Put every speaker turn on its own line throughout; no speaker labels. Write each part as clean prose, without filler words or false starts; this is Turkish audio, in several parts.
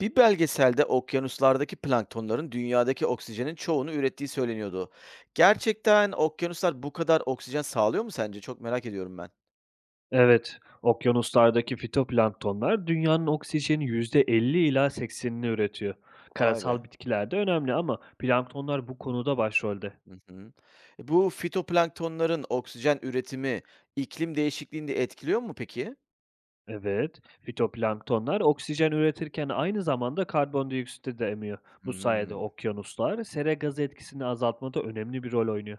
Bir belgeselde okyanuslardaki planktonların dünyadaki oksijenin çoğunu ürettiği söyleniyordu. Gerçekten okyanuslar bu kadar oksijen sağlıyor mu sence? Çok merak ediyorum ben.
Evet, okyanuslardaki fitoplanktonlar dünyanın oksijeni %50 ila 80'ini üretiyor.
Vay be.
Karasal bitkiler de önemli ama planktonlar bu konuda başrolde.
Hı hı. Bu fitoplanktonların oksijen üretimi iklim değişikliğini de etkiliyor mu peki?
Evet, fitoplanktonlar oksijen üretirken aynı zamanda karbondioksiti de emiyor. Bu sayede
Hmm,
okyanuslar sera gazı etkisini azaltmada önemli bir rol oynuyor.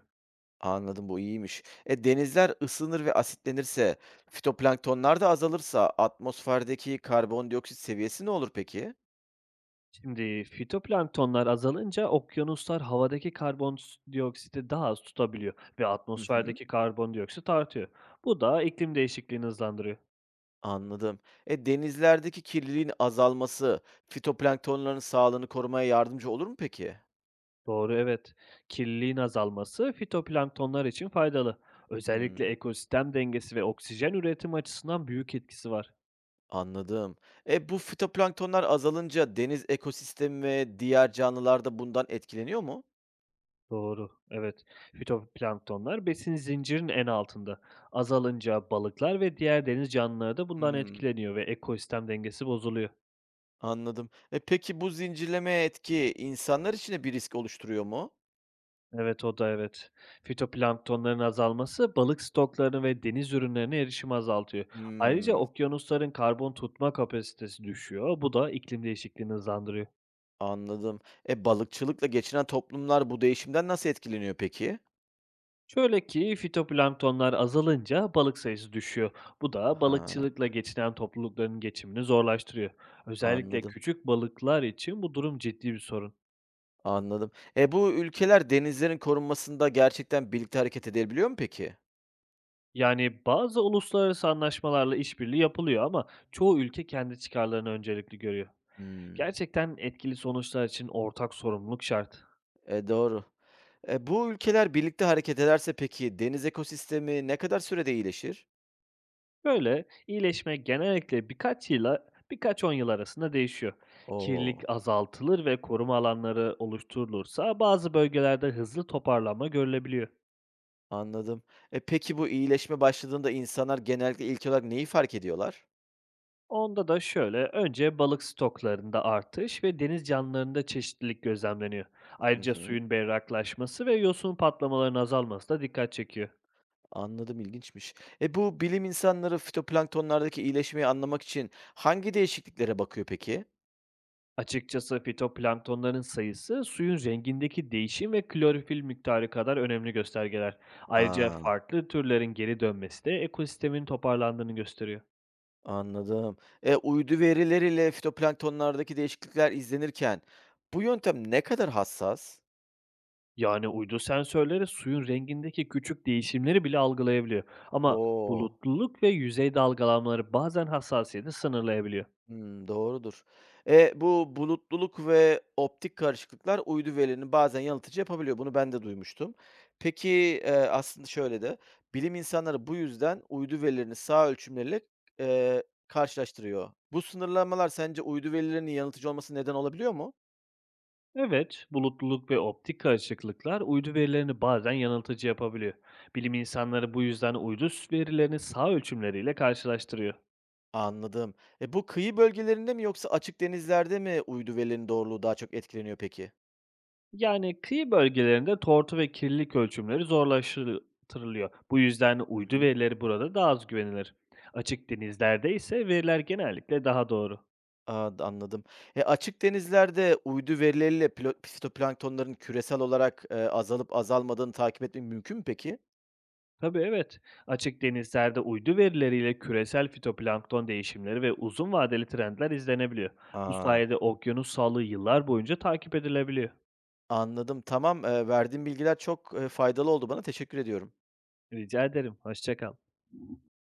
anladım, bu iyiymiş. Denizler ısınır ve asitlenirse, fitoplanktonlar da azalırsa atmosferdeki karbondioksit seviyesi ne olur peki?
Şimdi fitoplanktonlar azalınca okyanuslar havadaki karbondioksiti daha az tutabiliyor ve
Hı hı.
atmosferdeki karbondioksit artıyor. Bu da iklim değişikliğini hızlandırıyor.
Anladım. Denizlerdeki kirliliğin azalması fitoplanktonların sağlığını korumaya yardımcı olur mu peki?
Doğru, evet. Kirliliğin azalması fitoplanktonlar için faydalı. Özellikle
Hmm,
ekosistem dengesi ve oksijen üretimi açısından büyük etkisi var.
anladım. Bu fitoplanktonlar azalınca deniz ekosistemi ve diğer canlılar da bundan etkileniyor mu?
Doğru, evet. Fitoplanktonlar besin zincirinin en altında. Azalınca balıklar ve diğer deniz canlıları da bundan
Hmm,
etkileniyor ve ekosistem dengesi bozuluyor.
anladım. Peki bu zincirleme etki insanlar için de bir risk oluşturuyor mu?
Evet, o da evet. Fitoplanktonların azalması balık stoklarını ve deniz ürünlerine erişimi azaltıyor. Ayrıca
Hmm,
okyanusların karbon tutma kapasitesi düşüyor. Bu da iklim değişikliğini hızlandırıyor.
anladım. Balıkçılıkla geçinen toplumlar bu değişimden nasıl etkileniyor peki?
Şöyle ki fitoplanktonlar azalınca balık sayısı düşüyor. Bu da
Ha,
balıkçılıkla geçinen toplulukların geçimini zorlaştırıyor. Özellikle
anladım.
küçük balıklar için bu durum ciddi bir sorun.
Anladım. Bu ülkeler denizlerin korunmasında gerçekten birlikte hareket edebiliyor mu peki?
Yani bazı uluslararası anlaşmalarla işbirliği yapılıyor ama çoğu ülke kendi çıkarlarını öncelikli görüyor.
Hmm.
Gerçekten etkili sonuçlar için ortak sorumluluk şart.
E, doğru. Bu ülkeler birlikte hareket ederse peki deniz ekosistemi ne kadar sürede iyileşir?
Böyle, iyileşme genellikle birkaç yıla birkaç 10 yıl arasında değişiyor.
Oo,
Kirlilik azaltılır ve koruma alanları oluşturulursa bazı bölgelerde hızlı toparlanma görülebiliyor.
anladım. Peki bu iyileşme başladığında insanlar genellikle ilk olarak neyi fark ediyorlar?
Onda da şöyle, önce balık stoklarında artış ve deniz canlılarında çeşitlilik gözlemleniyor.
Hı
Ayrıca
hı,
suyun berraklaşması ve yosun patlamalarının azalması da dikkat çekiyor.
anladım, ilginçmiş. Bu bilim insanları fitoplanktonlardaki iyileşmeyi anlamak için hangi değişikliklere bakıyor peki?
Açıkçası fitoplanktonların sayısı suyun rengindeki değişim ve klorofil miktarı kadar önemli göstergeler. Ayrıca
Aa,
farklı türlerin geri dönmesi de ekosistemin toparlandığını gösteriyor.
anladım. Uydu verileriyle fitoplanktonlardaki değişiklikler izlenirken bu yöntem ne kadar hassas?
Yani uydu sensörleri suyun rengindeki küçük değişimleri bile algılayabiliyor. Ama
Oo,
bulutluluk ve yüzey dalgalanmaları bazen hassasiyeti sınırlayabiliyor.
hmm, doğrudur. Bu bulutluluk ve optik karışıklıklar uydu verilerini bazen yanıltıcı yapabiliyor. Bunu ben de duymuştum. Peki aslında şöyle de bilim insanları bu yüzden uydu verilerini sağ ölçümleriyle e, karşılaştırıyor. Bu sınırlamalar sence uydu verilerinin yanıltıcı olması neden olabiliyor mu?
Evet, bulutluluk ve optik karışıklıklar uydu verilerini bazen yanıltıcı yapabiliyor. Bilim insanları bu yüzden uydu verilerini sağ ölçümleriyle karşılaştırıyor.
Anladım. Bu kıyı bölgelerinde mi yoksa açık denizlerde mi uydu verilerinin doğruluğu daha çok etkileniyor peki?
Yani kıyı bölgelerinde tortu ve kirlilik ölçümleri zorlaştırılıyor. Bu yüzden
Hı
uydu
hı.
verileri burada daha az güvenilir. Açık denizlerde ise veriler genellikle daha doğru.
A, d anladım. Açık denizlerde uydu verileriyle plo fitoplanktonların küresel olarak, azalıp azalmadığını takip etmek mümkün mü peki?
Tabii evet. Açık denizlerde uydu verileriyle küresel fitoplankton değişimleri ve uzun vadeli trendler izlenebiliyor. Bu
A!
sayede okyanus sağlığı yıllar boyunca takip edilebiliyor.
Anladım, tamam. Verdiğin bilgiler çok, faydalı oldu bana. Teşekkür ediyorum.
Rica ederim. Hoşça kal.